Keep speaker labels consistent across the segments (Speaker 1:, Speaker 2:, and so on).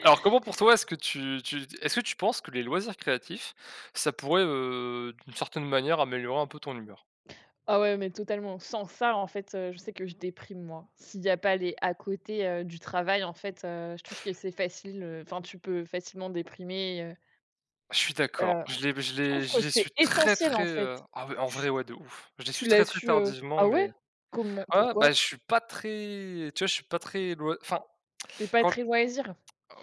Speaker 1: Alors, comment, pour toi, est-ce que tu est-ce que tu penses que les loisirs créatifs, ça pourrait, d'une certaine manière, améliorer un peu ton humeur?
Speaker 2: Ah ouais, mais totalement. Sans ça, en fait, je sais que je déprime, moi. S'il y a pas les à côté, du travail, en fait, je trouve que c'est facile, enfin, tu peux facilement déprimer,
Speaker 1: Je suis
Speaker 2: heu,
Speaker 1: d'accord, je l'ai je
Speaker 2: je
Speaker 1: l'ai
Speaker 2: trouve que
Speaker 1: je l'ai
Speaker 2: c'est
Speaker 1: su très,
Speaker 2: essentiel,
Speaker 1: très,
Speaker 2: en fait.
Speaker 1: ah ouais, en
Speaker 2: Tu
Speaker 1: vrai, ouais, de ouf. Je l'ai
Speaker 2: tu
Speaker 1: su
Speaker 2: l'as
Speaker 1: très, très
Speaker 2: su,
Speaker 1: tardivement.
Speaker 2: ah ouais?
Speaker 1: Mais
Speaker 2: Comment?
Speaker 1: ah,
Speaker 2: Pourquoi?
Speaker 1: bah, je suis pas très, tu vois, je suis pas très loi enfin,
Speaker 2: Tu es pas
Speaker 1: quand
Speaker 2: très loisir?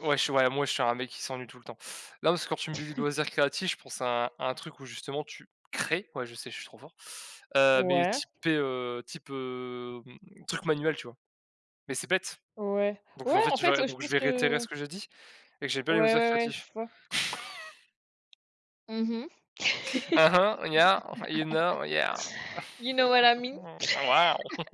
Speaker 1: ouais, je suis ouais, moi, je suis un mec qui s'ennuie tout le temps. Là, parce que quand tu me dis loisirs créatifs, je pense à un truc où justement tu crées, ouais, je sais, je suis trop fort, mais
Speaker 2: Ouais,
Speaker 1: type, truc manuel, tu vois? Mais c'est bête. Donc
Speaker 2: Ouais,
Speaker 1: en fait,
Speaker 2: en
Speaker 1: je
Speaker 2: fait,
Speaker 1: vais
Speaker 2: je
Speaker 1: donc je
Speaker 2: pense
Speaker 1: vais réitérer
Speaker 2: que
Speaker 1: ce que j'ai dit et que j'ai bien
Speaker 2: ouais,
Speaker 1: les modulateurs
Speaker 2: ouais, ouais,
Speaker 1: créatifs.
Speaker 2: je vois. Mmh.
Speaker 1: Ah hein, yeah, you know, yeah,
Speaker 2: You know what I mean?
Speaker 1: wow, waouh.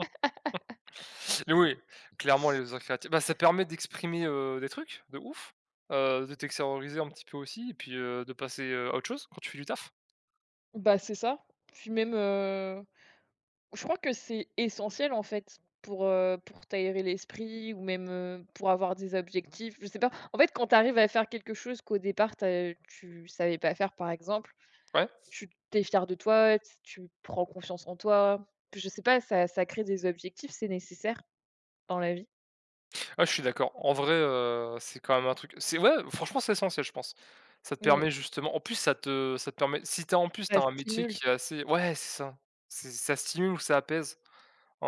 Speaker 1: Oui, clairement, les modulateurs créatifs, bah, ça permet d'exprimer, des trucs de ouf, de t'extérioriser un petit peu aussi et puis, de passer, à autre chose quand tu fais du taf.
Speaker 2: Bah, c'est ça. Puis même, je crois que c'est essentiel en fait pour t'aérer l'esprit ou même, pour avoir des objectifs, je sais pas. En fait, quand tu arrives à faire quelque chose qu'au départ tu savais pas faire par exemple,
Speaker 1: Ouais,
Speaker 2: tu es fier de toi, t tu prends confiance en toi. Je sais pas, ça crée des objectifs, c'est nécessaire dans la vie.
Speaker 1: ouais, je suis d'accord. En vrai, c'est quand même un truc, c'est, ouais, franchement, c'est essentiel, je pense. Ça te
Speaker 2: Mmh.
Speaker 1: permet, justement. En plus, ça te permet, si tu, en plus,
Speaker 2: Ça
Speaker 1: tu as un métier
Speaker 2: stimule.
Speaker 1: qui est assez, ouais, c'est ça. C'est, ça stimule ou ça apaise.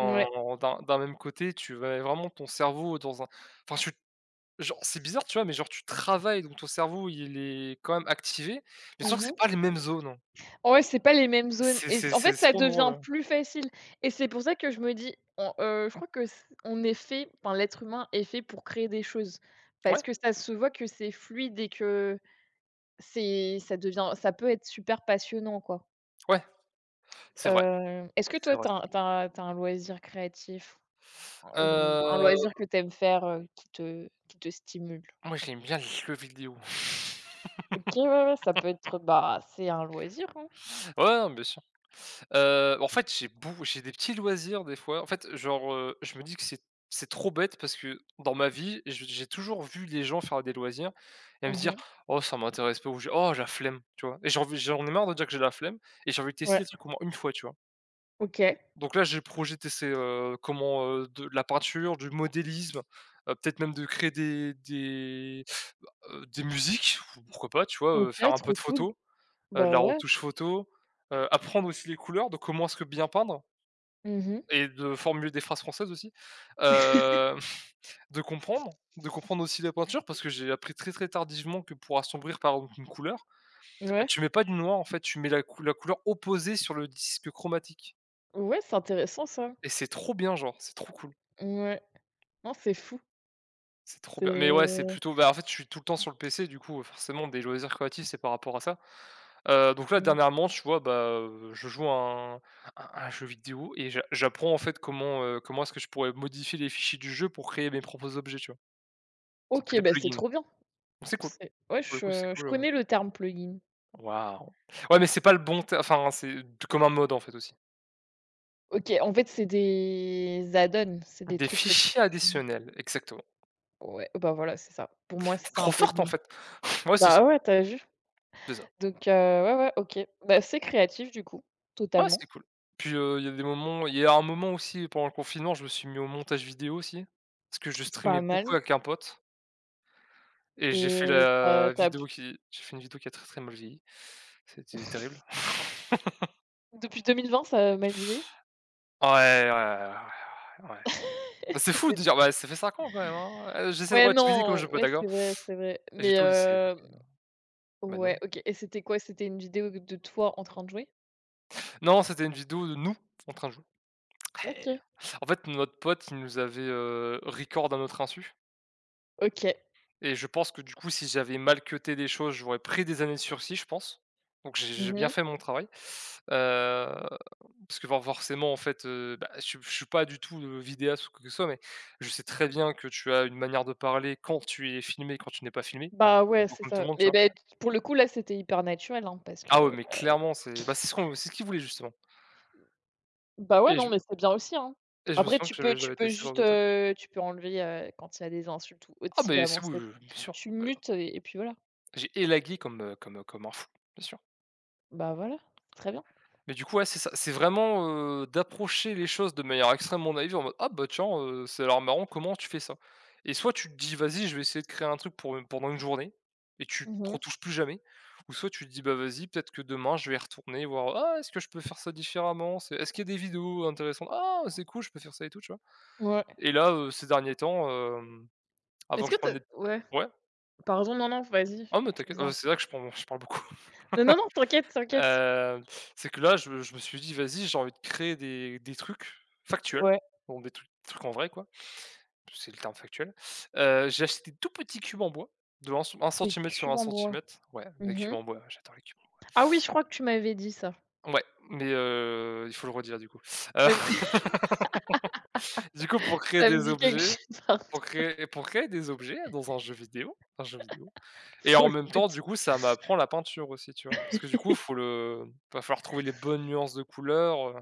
Speaker 2: Ouais.
Speaker 1: d'un même côté, tu vas vraiment ton cerveau dans un, enfin tu, genre, c'est bizarre, tu vois? Mais genre tu travailles, donc ton cerveau, il est quand même activé, mais sûr que c'est pas les mêmes zones, hein.
Speaker 2: Ouais, c'est pas les mêmes zones
Speaker 1: C'est
Speaker 2: et c
Speaker 1: c'est
Speaker 2: en
Speaker 1: c'est
Speaker 2: fait, ça
Speaker 1: trop drôle,
Speaker 2: devient
Speaker 1: hein.
Speaker 2: plus facile et c'est pour ça que je me dis, je crois que c on est fait enfin, l'être humain est fait pour créer des choses parce
Speaker 1: Ouais,
Speaker 2: que ça se voit que c'est fluide et que c'est ça devient ça peut être super passionnant, quoi.
Speaker 1: ouais, c'est vrai,
Speaker 2: Est-ce que
Speaker 1: c'est
Speaker 2: toi,
Speaker 1: vrai, c'est vrai.
Speaker 2: tu as un loisir créatif ou un
Speaker 1: Heu,
Speaker 2: loisir que tu aimes faire, qui te stimule?
Speaker 1: Moi, j'aime bien les jeux vidéo.
Speaker 2: OK, ouais, ouais, ça peut être, bah, c'est un loisir, hein.
Speaker 1: Ouais, non, bien sûr. En fait, j'ai des petits loisirs des fois. En fait, genre, je me dis que c'est trop bête parce que dans ma vie, je j'ai toujours vu les gens faire des loisirs et me
Speaker 2: Mmh
Speaker 1: dire:
Speaker 2: mh.
Speaker 1: «Oh, ça m'intéresse pas» ou je «Oh, j'ai la flemme», tu vois? Et j'en ai marre de dire que j'ai la flemme, et j'ai envie de tester des
Speaker 2: Ouais.
Speaker 1: trucs au moins une fois, tu vois?
Speaker 2: OK.
Speaker 1: Donc là, j'ai le projet de tester, comment, de la peinture, du modélisme, peut-être même de créer des musiques, ou pourquoi pas, tu vois? Faire
Speaker 2: OK,
Speaker 1: un peu
Speaker 2: trop
Speaker 1: de
Speaker 2: cool.
Speaker 1: photos, de
Speaker 2: Bah,
Speaker 1: la
Speaker 2: ouais.
Speaker 1: retouche photo, apprendre aussi les couleurs, de comment est-ce que bien peindre
Speaker 2: Mmh mh.
Speaker 1: et de formuler des phrases françaises aussi, heu, de comprendre aussi la peinture parce que j'ai appris très, très tardivement que pour assombrir par exemple une couleur, bah,
Speaker 2: Ouais.
Speaker 1: tu mets pas du noir en fait, tu mets la couleur opposée sur le disque chromatique,
Speaker 2: Ouais, c'est intéressant ça.
Speaker 1: et c'est trop bien, genre, c'est trop cool,
Speaker 2: Ouais. Non, c'est fou.
Speaker 1: c'est trop bien. Mais ouais, c'est
Speaker 2: C'est
Speaker 1: plutôt, bah, en fait, je suis tout le temps sur le PC, du coup, forcément des loisirs créatifs, c'est par rapport à ça. Donc là
Speaker 2: mmh.
Speaker 1: dernièrement, tu vois, bah, je joue à un jeu vidéo et j'apprends en fait comment, comment est-ce que je pourrais modifier les fichiers du jeu pour créer mes propres objets, tu vois? Ça peut être
Speaker 2: OK,
Speaker 1: des
Speaker 2: bah, c'est
Speaker 1: plugins.
Speaker 2: trop bien.
Speaker 1: Donc c'est cool.
Speaker 2: C'est ouais,
Speaker 1: Pour le coup, c'est
Speaker 2: je
Speaker 1: cool,
Speaker 2: connais le terme plugin.
Speaker 1: waouh! Ouais, mais c'est pas le bon te enfin, c'est comme un mode, en fait, aussi.
Speaker 2: OK, en fait, c'est des add-ons, c'est des
Speaker 1: Des
Speaker 2: trucs que tu
Speaker 1: fichiers additionnels, exactement.
Speaker 2: ouais, bah, voilà, c'est ça. Pour moi,
Speaker 1: Tu
Speaker 2: c'est un
Speaker 1: trop forte, en
Speaker 2: plugin.
Speaker 1: fait. Ouais, c'est
Speaker 2: Bah,
Speaker 1: ça,
Speaker 2: ouais, t'as as vu?
Speaker 1: c'est ça.
Speaker 2: Donc ouais, ouais, OK. Bah, c'est créatif du coup,
Speaker 1: Ouais,
Speaker 2: totalement.
Speaker 1: c'est cool. Puis, il y a un moment aussi pendant le confinement, je me suis mis au montage vidéo aussi, parce que je streamais
Speaker 2: Pas
Speaker 1: beaucoup
Speaker 2: mal
Speaker 1: avec un pote et
Speaker 2: et t'as as tu as p
Speaker 1: j'ai fait une vidéo qui a très, très mal vieilli. C'était terrible.
Speaker 2: depuis 2020, ça a mal vieilli.
Speaker 1: Ouais, ouais, ouais, ouais, ouais, ouais. Bah, c'est fou de
Speaker 2: C'est
Speaker 1: dire, bah, ça fait 5 ans quand même, hein. J'essaie de
Speaker 2: ouais,
Speaker 1: relativiser comme je
Speaker 2: non,
Speaker 1: peux,
Speaker 2: ouais,
Speaker 1: d'accord?
Speaker 2: c'est vrai
Speaker 1: Et
Speaker 2: mais
Speaker 1: j'étais au lycée, donc bah,
Speaker 2: ouais,
Speaker 1: non.
Speaker 2: OK et c'était quoi? C'était une vidéo de toi en train de jouer?
Speaker 1: Non, c'était une vidéo de nous en train de jouer. Eh.
Speaker 2: OK.
Speaker 1: En fait, notre pote, il nous avait, record à notre insu,
Speaker 2: OK.
Speaker 1: et je pense que, du coup, si j'avais mal cuté des choses, j'aurais pris des années de sursis, je pense. Donc j'ai bien
Speaker 2: Mmh.
Speaker 1: fait mon travail, heu, parce que forcément, en fait, bah, je suis pas du tout, vidéaste ou quoi que ce soit, mais je sais très bien que tu as une manière de parler quand tu es filmé, quand tu n'es pas filmé, un
Speaker 2: Bah,
Speaker 1: peu un
Speaker 2: ouais,
Speaker 1: peu
Speaker 2: c'est
Speaker 1: comme tout
Speaker 2: ça.
Speaker 1: le monde, tu
Speaker 2: Mais
Speaker 1: vois?
Speaker 2: ben, pour le coup, là, c'était hyper naturel, hein, parce que
Speaker 1: Ah ouais, mais clairement, c'est, bah, c'est ce qu'on c'est ce qu'il voulait justement,
Speaker 2: bah, ouais,
Speaker 1: et
Speaker 2: non,
Speaker 1: je
Speaker 2: mais c'est bien aussi, hein.
Speaker 1: et je me
Speaker 2: Après
Speaker 1: souviens
Speaker 2: tu
Speaker 1: que
Speaker 2: peux
Speaker 1: j'avais
Speaker 2: tu
Speaker 1: j'avais
Speaker 2: peux
Speaker 1: testé ce genre
Speaker 2: juste,
Speaker 1: de truc.
Speaker 2: tu peux enlever, quand il y a des insultes ou autre,
Speaker 1: Ah
Speaker 2: si
Speaker 1: beh,
Speaker 2: vraiment
Speaker 1: c'est, oui,
Speaker 2: c'est
Speaker 1: oui, bien sûr.
Speaker 2: tu mutes et puis voilà.
Speaker 1: J'ai élagué comme un fou, bien sûr.
Speaker 2: Bah, voilà, c'est très bien.
Speaker 1: Mais du coup, ouais, c'est ça, c'est vraiment, d'approcher les choses de manière extrêmement naïve en mode: «Ah bah, tiens, ça l'air marrant, comment tu fais ça?», et soit tu te dis: «Vas-y, je vais essayer de créer un truc pour, pendant une journée», et tu te
Speaker 2: Mmh.
Speaker 1: retouches plus jamais, ou soit tu te dis: «Bah, vas-y, peut-être que demain je vais y retourner voir, ah, est-ce que je peux faire ça différemment? C'est Est-ce qu'il y a des vidéos intéressantes? Ah, c'est cool, je peux faire ça et tout», tu vois?
Speaker 2: Ouais.
Speaker 1: Et là, ces derniers temps, avant
Speaker 2: Est-ce
Speaker 1: que
Speaker 2: que
Speaker 1: je
Speaker 2: tu
Speaker 1: prenne
Speaker 2: as
Speaker 1: des,
Speaker 2: ouais,
Speaker 1: ouais?
Speaker 2: pardon, non, non, vas-y,
Speaker 1: Ah, mais
Speaker 2: tu me
Speaker 1: t'inquiète,
Speaker 2: disais un
Speaker 1: c'est
Speaker 2: truc.
Speaker 1: vrai que je parle beaucoup.
Speaker 2: Non, non, non, t'inquiète, t'inquiète.
Speaker 1: Heu, c'est que là, je me suis dit: «Vas-y, j'ai envie de créer des trucs factuels,
Speaker 2: Ouais,
Speaker 1: donc des trucs en vrai quoi», c'est le terme factuel. J'ai acheté des tout petits cubes en bois de un
Speaker 2: des
Speaker 1: centimètre sur
Speaker 2: cubes
Speaker 1: un
Speaker 2: en bois.
Speaker 1: centimètre Ouais, des cubes
Speaker 2: Mmh.
Speaker 1: en bois, j'adore les cubes.
Speaker 2: Ah oui, je crois que tu m'avais dit ça.
Speaker 1: Ouais, mais il faut le redire du coup. Heu,
Speaker 2: Ouais,
Speaker 1: du coup, pour créer
Speaker 2: ça me
Speaker 1: des
Speaker 2: dit quelque
Speaker 1: objets
Speaker 2: chose, pardon.
Speaker 1: pour créer des objets dans un jeu vidéo, et
Speaker 2: Faut
Speaker 1: en
Speaker 2: le
Speaker 1: même temps,
Speaker 2: retour.
Speaker 1: du coup, ça m'apprend la peinture aussi, tu vois? Parce que du coup, faut le va falloir trouver les bonnes nuances de couleurs,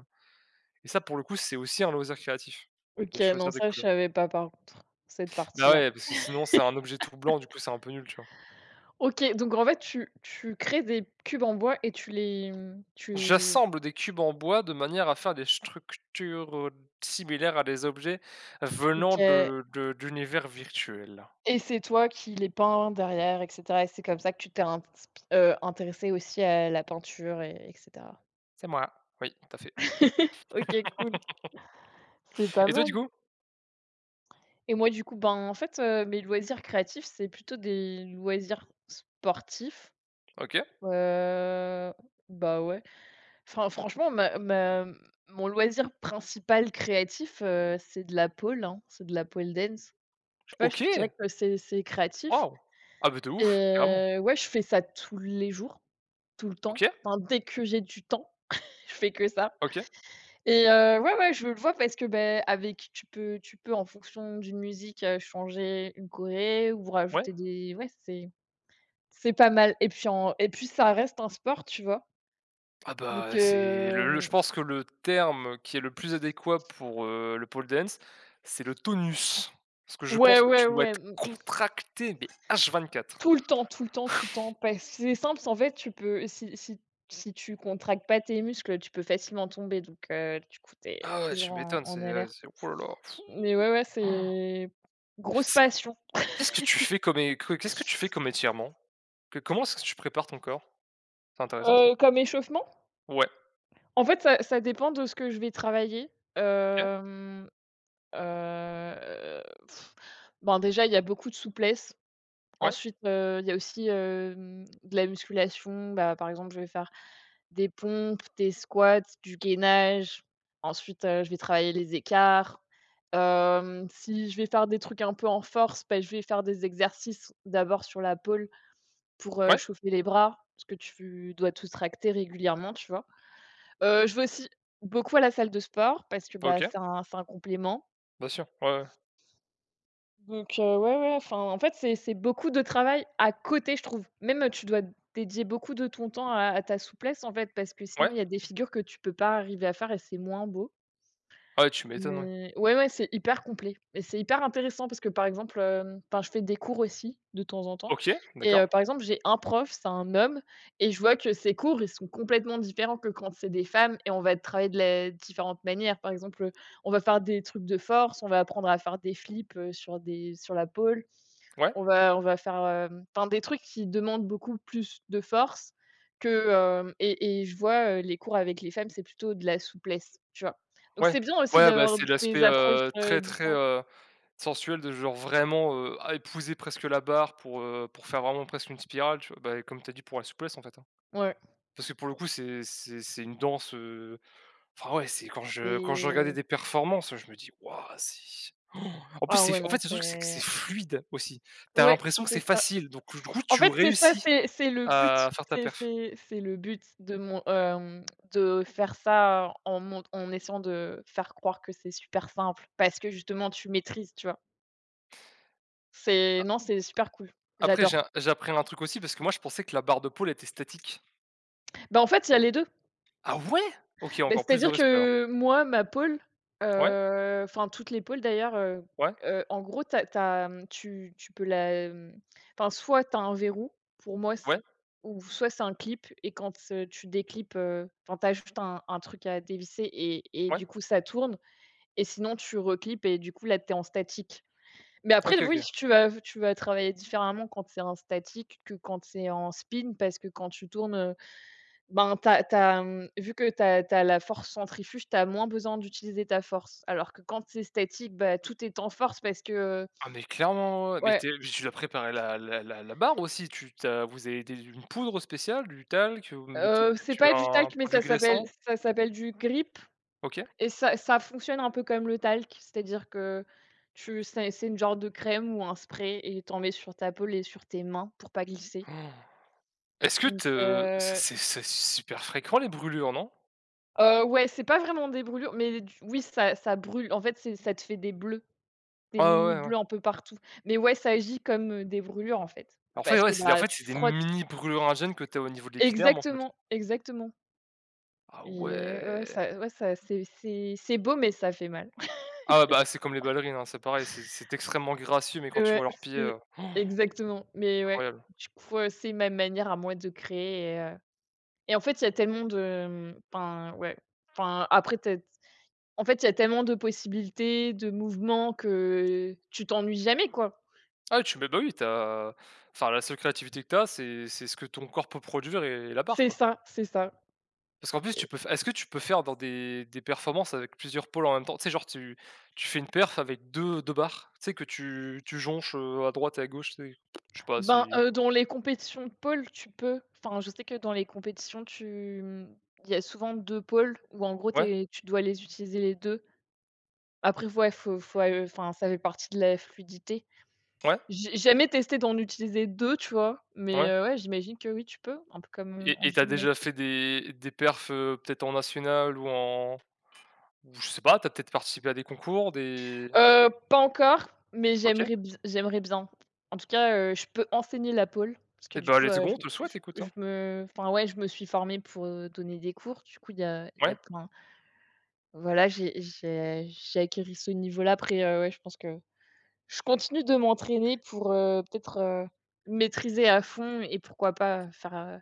Speaker 1: et ça, pour le coup, c'est aussi un loisir créatif,
Speaker 2: OK,
Speaker 1: de
Speaker 2: non,
Speaker 1: choisir des
Speaker 2: ça, je
Speaker 1: couleurs.
Speaker 2: savais pas, par contre, cette
Speaker 1: Bah,
Speaker 2: partie-là.
Speaker 1: ouais, parce que sinon c'est un objet tout blanc, du coup, c'est un peu nul, tu vois?
Speaker 2: OK, donc en fait, tu crées des cubes en bois et tu les, mmh, tu
Speaker 1: J'assemble des cubes en bois de manière à faire des structures similaires à des objets
Speaker 2: OK
Speaker 1: venant de d'univers virtuels.
Speaker 2: et c'est toi qui les peins derrière et cetera et c'est comme ça que tu t'es int intéressée aussi à la peinture et
Speaker 1: C'est moi, oui, tout à fait.
Speaker 2: OK, cool. C'est pas
Speaker 1: Et toi,
Speaker 2: mal
Speaker 1: du coup?
Speaker 2: et moi, du coup, ben, en fait, mes loisirs créatifs, c'est plutôt des loisirs sportifs.
Speaker 1: OK.
Speaker 2: Heu, bah, ouais. Enfin, franchement, ma ma mon loisir principal créatif, c'est de la pole, hein, c'est de la pole dance. Je sais pas, je te dirais
Speaker 1: OK!
Speaker 2: que c'est créatif
Speaker 1: Waouh! Ah, beh, de ouf, carrément.
Speaker 2: et ouais, je fais ça tous les jours, tout le temps.
Speaker 1: OK,
Speaker 2: Enfin, dès que j'ai du temps, je fais que ça
Speaker 1: OK,
Speaker 2: et ouais, ouais, je le vois parce que, ben, avec tu peux en fonction d'une musique, changer une choré ou
Speaker 1: ouais.
Speaker 2: rajouter des ouais, c'est pas mal et puis ça reste un sport, tu vois?
Speaker 1: Ah
Speaker 2: Donc,
Speaker 1: bah, c'est le je pense que le terme qui est le plus adéquat pour, le pole dance, c'est le tonus. Parce que je
Speaker 2: ouais,
Speaker 1: pense que tu
Speaker 2: ouais,
Speaker 1: dois
Speaker 2: ouais.
Speaker 1: être contracté, mais H24.
Speaker 2: Tout le temps, tout le temps, tout le temps, parce que c'est simple, c'est en fait, tu peux si tu contractes pas tes muscles, tu peux facilement tomber donc du coup, tu es
Speaker 1: Ah ouais,
Speaker 2: toujours
Speaker 1: tu
Speaker 2: en
Speaker 1: m'étonnes,
Speaker 2: en alerte.
Speaker 1: c'est ouh là là.
Speaker 2: Mais ouais, ouais, c'est grosse
Speaker 1: C'est
Speaker 2: passion.
Speaker 1: Qu'est-ce que tu fais comme é que qu'est-ce que tu fais comme étirement? Que Comment est-ce que tu prépares ton corps? C'est intéressant, ça.
Speaker 2: Comme échauffement?
Speaker 1: Ouais,
Speaker 2: En fait, ça dépend de ce que je vais travailler.
Speaker 1: OK,
Speaker 2: Hem, heu, ben, déjà, il y a beaucoup de souplesse.
Speaker 1: ouais,
Speaker 2: Ensuite, il y a aussi, de la musculation. Bah, par exemple, je vais faire des pompes, des squats, du gainage. Ensuite, je vais travailler les écarts. Si je vais faire des trucs un peu en force, bah, je vais faire des exercices d'abord sur la pole pour,
Speaker 1: ouais,
Speaker 2: chauffer les bras, parce que tu dois tous tracter régulièrement, tu vois? Je vais aussi beaucoup à la salle de sport parce que, bah,
Speaker 1: OK,
Speaker 2: c'est un complément.
Speaker 1: bien sûr, ouais, ouais,
Speaker 2: Donc ouais, ouais, enfin, en fait, c'est beaucoup de travail à côté, je trouve. Même, tu dois dédier beaucoup de ton temps à ta souplesse, en fait, parce que sinon,
Speaker 1: ouais.
Speaker 2: il y a des figures que tu peux pas arriver à faire et c'est moins beau.
Speaker 1: Ah ouais, tu m'étonnes, ouais.
Speaker 2: Mais ouais, ouais, c'est hyper complet et c'est hyper intéressant parce que, par exemple, enfin, je fais des cours aussi de temps en temps
Speaker 1: OK,
Speaker 2: et
Speaker 1: d'accord,
Speaker 2: par exemple, j'ai un prof, c'est un homme et je vois que ses cours, ils sont complètement différents que quand c'est des femmes et on va travailler de la différentes manières. Par exemple, on va faire des trucs de force, on va apprendre à faire des flips, sur des sur la pole.
Speaker 1: ouais,
Speaker 2: On va faire, enfin des trucs qui demandent beaucoup plus de force que, hem et je vois, les cours avec les femmes, c'est plutôt de la souplesse, tu vois? Donc
Speaker 1: ouais.
Speaker 2: c'est bien aussi
Speaker 1: Ouais, bah,
Speaker 2: d'avoir
Speaker 1: c'est
Speaker 2: des
Speaker 1: l'aspect,
Speaker 2: approches,
Speaker 1: très, très,
Speaker 2: différentes.
Speaker 1: euh, sensuel, de genre vraiment, à épouser presque la barre pour faire vraiment presque une spirale, tu vois? Bah, comme tu as dit pour la souplesse, en fait, hein.
Speaker 2: Ouais
Speaker 1: Parce que pour le coup, c'est une danse, enfin, ouais, c'est quand je regardais
Speaker 2: et
Speaker 1: des performances, je me dis: «Waouh, c'est». En plus,
Speaker 2: ah
Speaker 1: c'est,
Speaker 2: ouais,
Speaker 1: en
Speaker 2: non,
Speaker 1: fait, le truc, c'est que c'est
Speaker 2: c'est
Speaker 1: fluide aussi. Tu as
Speaker 2: ouais,
Speaker 1: l'impression que
Speaker 2: c'est
Speaker 1: c'est
Speaker 2: ça.
Speaker 1: facile, donc du coup,
Speaker 2: En
Speaker 1: tu
Speaker 2: fait, c'est ça,
Speaker 1: réussis
Speaker 2: c'est le but.
Speaker 1: à faire ta
Speaker 2: C'est
Speaker 1: perf.
Speaker 2: c'est c'est le but de mon de faire ça en mon en essayant de faire croire que c'est super simple parce que justement tu maîtrises, tu vois? C'est non, c'est super cool.
Speaker 1: Après,
Speaker 2: J'adore.
Speaker 1: j'ai appris un truc aussi parce que moi, je pensais que la barre de pôle était statique.
Speaker 2: Bah, en fait, il y a les 2.
Speaker 1: Ah ouais? OK,
Speaker 2: Beh,
Speaker 1: encore plus de
Speaker 2: c'est-à-dire
Speaker 1: respect alors.
Speaker 2: que moi, ma pôle,
Speaker 1: Ouais,
Speaker 2: enfin toutes les pôles d'ailleurs,
Speaker 1: ouais,
Speaker 2: en gros, tu as, mmh, tu tu peux la, enfin soit tu as un verrou, pour moi c
Speaker 1: ouais,
Speaker 2: ou soit c'est un clip et quand, tu déclips, enfin tu ajoutes un truc à dévisser et
Speaker 1: ouais.
Speaker 2: du coup ça tourne et sinon tu reclips et du coup là, tu es en statique. Mais après
Speaker 1: OK,
Speaker 2: oui,
Speaker 1: OK.
Speaker 2: tu vas travailler différemment quand c'est en statique que quand c'est en spin parce que quand tu tournes, ben, t'as as tu mmh, vu que tu as la force centrifuge, tu as moins besoin d'utiliser ta force. Alors que quand c'est statique, bah, tout est en force parce que
Speaker 1: Ah, mais clairement, ouais, mais
Speaker 2: ouais,
Speaker 1: tu es mais tu dois préparer la barre aussi, tu t'as vous avez des une poudre spéciale, du talc, vous mettez
Speaker 2: c'est pas
Speaker 1: peut-être
Speaker 2: du
Speaker 1: un
Speaker 2: talc, mais
Speaker 1: produit
Speaker 2: ça s'appelle
Speaker 1: graissant?
Speaker 2: ça s'appelle du grip
Speaker 1: OK.
Speaker 2: et ça fonctionne un peu comme le talc. C'est-à-dire que tu c'est une genre de crème ou un spray et t'en mets sur ta peau et sur tes mains pour pas glisser.
Speaker 1: Oh. Est-ce que
Speaker 2: Donc
Speaker 1: te C'est super fréquent, les brûlures, non?
Speaker 2: ouais, c'est pas vraiment des brûlures, mais du oui, ça brûle. En fait, c'est ça te fait des bleus. Des
Speaker 1: Ah
Speaker 2: mini
Speaker 1: ouais, ouais.
Speaker 2: bleus un peu partout. Mais ouais, ça agit comme, des brûlures en fait.
Speaker 1: En fait,
Speaker 2: Parce
Speaker 1: ouais,
Speaker 2: que,
Speaker 1: c'est en
Speaker 2: bah,
Speaker 1: fait, c'est
Speaker 2: tu
Speaker 1: des
Speaker 2: frottes
Speaker 1: mini brûlures indiennes que t'as au niveau de l'épiderme, en fait.
Speaker 2: exactement, exactement
Speaker 1: Ah
Speaker 2: et ouais,
Speaker 1: ouais.
Speaker 2: ouais, ça c'est c'est beau, mais ça fait mal.
Speaker 1: Ah ouais, bah, c'est comme les ballerines, hein, c'est pareil, c'est extrêmement gracieux, mais quand tu
Speaker 2: Ouais,
Speaker 1: vois leurs pieds,
Speaker 2: c'est exactement, mais ouais,
Speaker 1: incroyable.
Speaker 2: du coup, c'est ma manière à moi de créer et en fait, il y a tellement de, mmh, enfin, ouais, enfin, après tu as en fait, il y a tellement de possibilités, de mouvements que tu t'ennuies jamais, quoi.
Speaker 1: Ah, tu mets bah, oui, t'as. Enfin, la seule créativité que t'as, c'est ce que ton corps peut produire et la barre,
Speaker 2: C'est
Speaker 1: quoi.
Speaker 2: ça, c'est ça.
Speaker 1: Parce qu'en plus, tu peux f est-ce que tu peux faire dans des performances avec plusieurs pôles en même temps? Tu sais, genre, tu fais une perf avec deux barres, tu sais, que tu jonches, à droite et à gauche, tu sais? Je sais pas
Speaker 2: Ben,
Speaker 1: si,
Speaker 2: dans les compétitions de pôle, tu peux. Enfin, je sais que dans les compétitions, tu mmh, il y a souvent 2 pôles où en gros
Speaker 1: ouais,
Speaker 2: t'es tu dois les utiliser les 2. Après, ouais, enfin, ça fait partie de la fluidité.
Speaker 1: ouais,
Speaker 2: J'ai jamais testé d'en utiliser 2, tu vois? Mais,
Speaker 1: ouais,
Speaker 2: ouais, j'imagine que oui, tu peux, un peu comme,
Speaker 1: et
Speaker 2: en
Speaker 1: et tu
Speaker 2: gymnastique.
Speaker 1: déjà fait des perfs, peut-être en national ou en, ou je sais pas, t'as peut-être participé à des concours, des.
Speaker 2: Pas encore, mais
Speaker 1: OK.
Speaker 2: j'aimerais bien. En tout cas, je peux enseigner la pole parce que
Speaker 1: Et
Speaker 2: du
Speaker 1: bah,
Speaker 2: coup,
Speaker 1: let's go, on te le souhaite, écoute,
Speaker 2: je
Speaker 1: hein.
Speaker 2: me enfin, ouais, je me suis formée pour, donner des cours. Du coup, il y a
Speaker 1: Ouais.
Speaker 2: plein voilà, j'ai acquéri ce niveau-là. Après, ouais, je pense que je continue de m'entraîner pour, peut-être, maîtriser à fond et pourquoi pas, faire,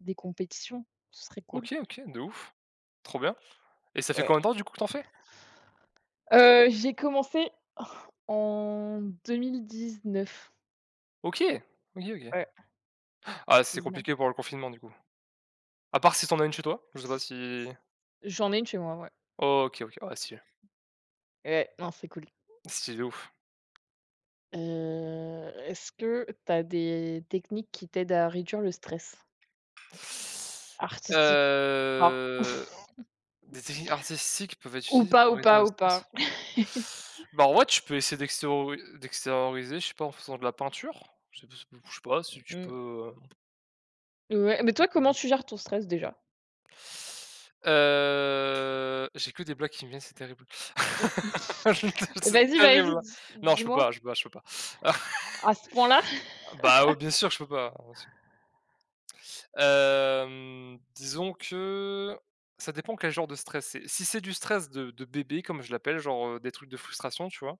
Speaker 2: des compétitions. Ce serait cool.
Speaker 1: OK, OK, de ouf, trop bien, et ça fait
Speaker 2: Ouais.
Speaker 1: combien de temps, du coup, que tu fais?
Speaker 2: J'ai commencé en 2019.
Speaker 1: OK. OK, OK.
Speaker 2: Ouais,
Speaker 1: Ah, c'est compliqué
Speaker 2: 19-10.
Speaker 1: pour le confinement, du coup. À part si t'en as une chez toi, je sais pas si.
Speaker 2: J'en ai une chez moi, ouais.
Speaker 1: OK, OK. Ah, stylé.
Speaker 2: Ouais, non, c'est cool.
Speaker 1: Stylé de ouf.
Speaker 2: Est-ce que tu as des techniques qui t'aident à réduire le stress? Artistique, alors,
Speaker 1: Heu, des techniques artistiques peuvent être
Speaker 2: ou
Speaker 1: utilisées
Speaker 2: pas,
Speaker 1: pour
Speaker 2: ou
Speaker 1: réduire
Speaker 2: pas,
Speaker 1: le
Speaker 2: ou pas.
Speaker 1: stress? Bah, en vrai, tu peux essayer d'extérioriser, je sais pas, en faisant de la peinture. Je sais pas si
Speaker 2: Mmh
Speaker 1: tu
Speaker 2: mh.
Speaker 1: peux,
Speaker 2: Ouais, mais
Speaker 1: peut-être,
Speaker 2: toi, comment tu gères ton stress déjà?
Speaker 1: j'ai que des blagues qui me viennent, c'est terrible.
Speaker 2: Mmh.
Speaker 1: C'est
Speaker 2: Vas-y,
Speaker 1: terrible,
Speaker 2: vas-y,
Speaker 1: hein.
Speaker 2: dis
Speaker 1: Non, je peux
Speaker 2: dis-moi,
Speaker 1: pas, je peux pas, je peux pas.
Speaker 2: à ce point-là?
Speaker 1: Bah, ouais, bien sûr que je peux pas, hein. Disons que ça dépend quel genre de stress c'est. Si c'est du stress de bébé comme je l'appelle, genre, des trucs de frustration, tu vois?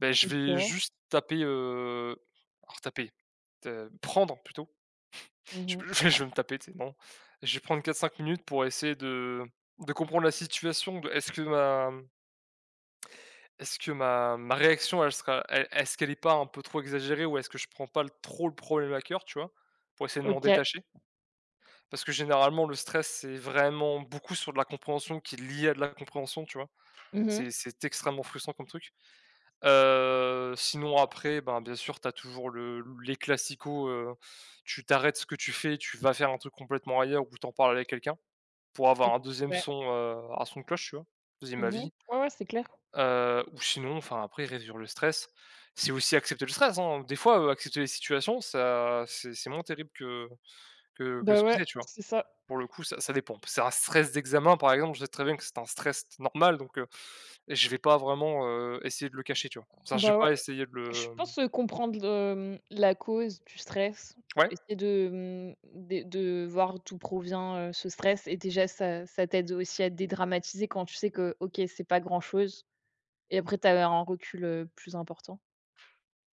Speaker 1: Ben, je vais
Speaker 2: OK.
Speaker 1: juste taper, alors taper, prendre plutôt. Je
Speaker 2: Mmh.
Speaker 1: je vais me taper, tu sais, non. Je vais prendre 4-5 minutes pour essayer de comprendre la situation, de, est-ce que ma réaction, elle sera elle est-ce qu'elle est pas un peu trop exagérée, ou est-ce que je prends pas le trop le problème à cœur, tu vois? Pour essayer de m'en
Speaker 2: OK.
Speaker 1: détacher. Parce que généralement, le stress, c'est vraiment beaucoup sur de la compréhension qui est liée à de la compréhension, tu vois?
Speaker 2: Mmh mh.
Speaker 1: C'est extrêmement frustrant comme truc. Sinon après, ben, bien sûr, tu as toujours le les classicos, tu t'arrêtes ce que tu fais, tu vas faire un truc complètement ailleurs, ou t'en parles avec quelqu'un pour avoir un deuxième
Speaker 2: Ouais.
Speaker 1: son, un son de cloche, tu vois? Deuxième
Speaker 2: Mmh.
Speaker 1: avis.
Speaker 2: Ouais, ouais, c'est clair.
Speaker 1: Ou sinon, enfin, après, réduire le stress, c'est aussi accepter le stress, hein. Des fois, accepter les situations, ça, c'est moins terrible que que
Speaker 2: Bah,
Speaker 1: ce que
Speaker 2: ouais,
Speaker 1: c'est, tu vois?
Speaker 2: c'est ça.
Speaker 1: Pour le coup, ça dépend. C'est un stress d'examen, par exemple, je sais très bien que c'est un stress normal, donc, je vais pas vraiment, essayer de le cacher, tu vois? Enfin, je vais
Speaker 2: Bah, ouais,
Speaker 1: pas essayer de
Speaker 2: je
Speaker 1: le,
Speaker 2: pense, comprendre, la cause du stress,
Speaker 1: ouais?
Speaker 2: essayer de, mmh, de voir d'où provient, ce stress et déjà ça t'aide aussi à dédramatiser quand tu sais que, OK, c'est pas grand-chose et après tu as un recul, plus important.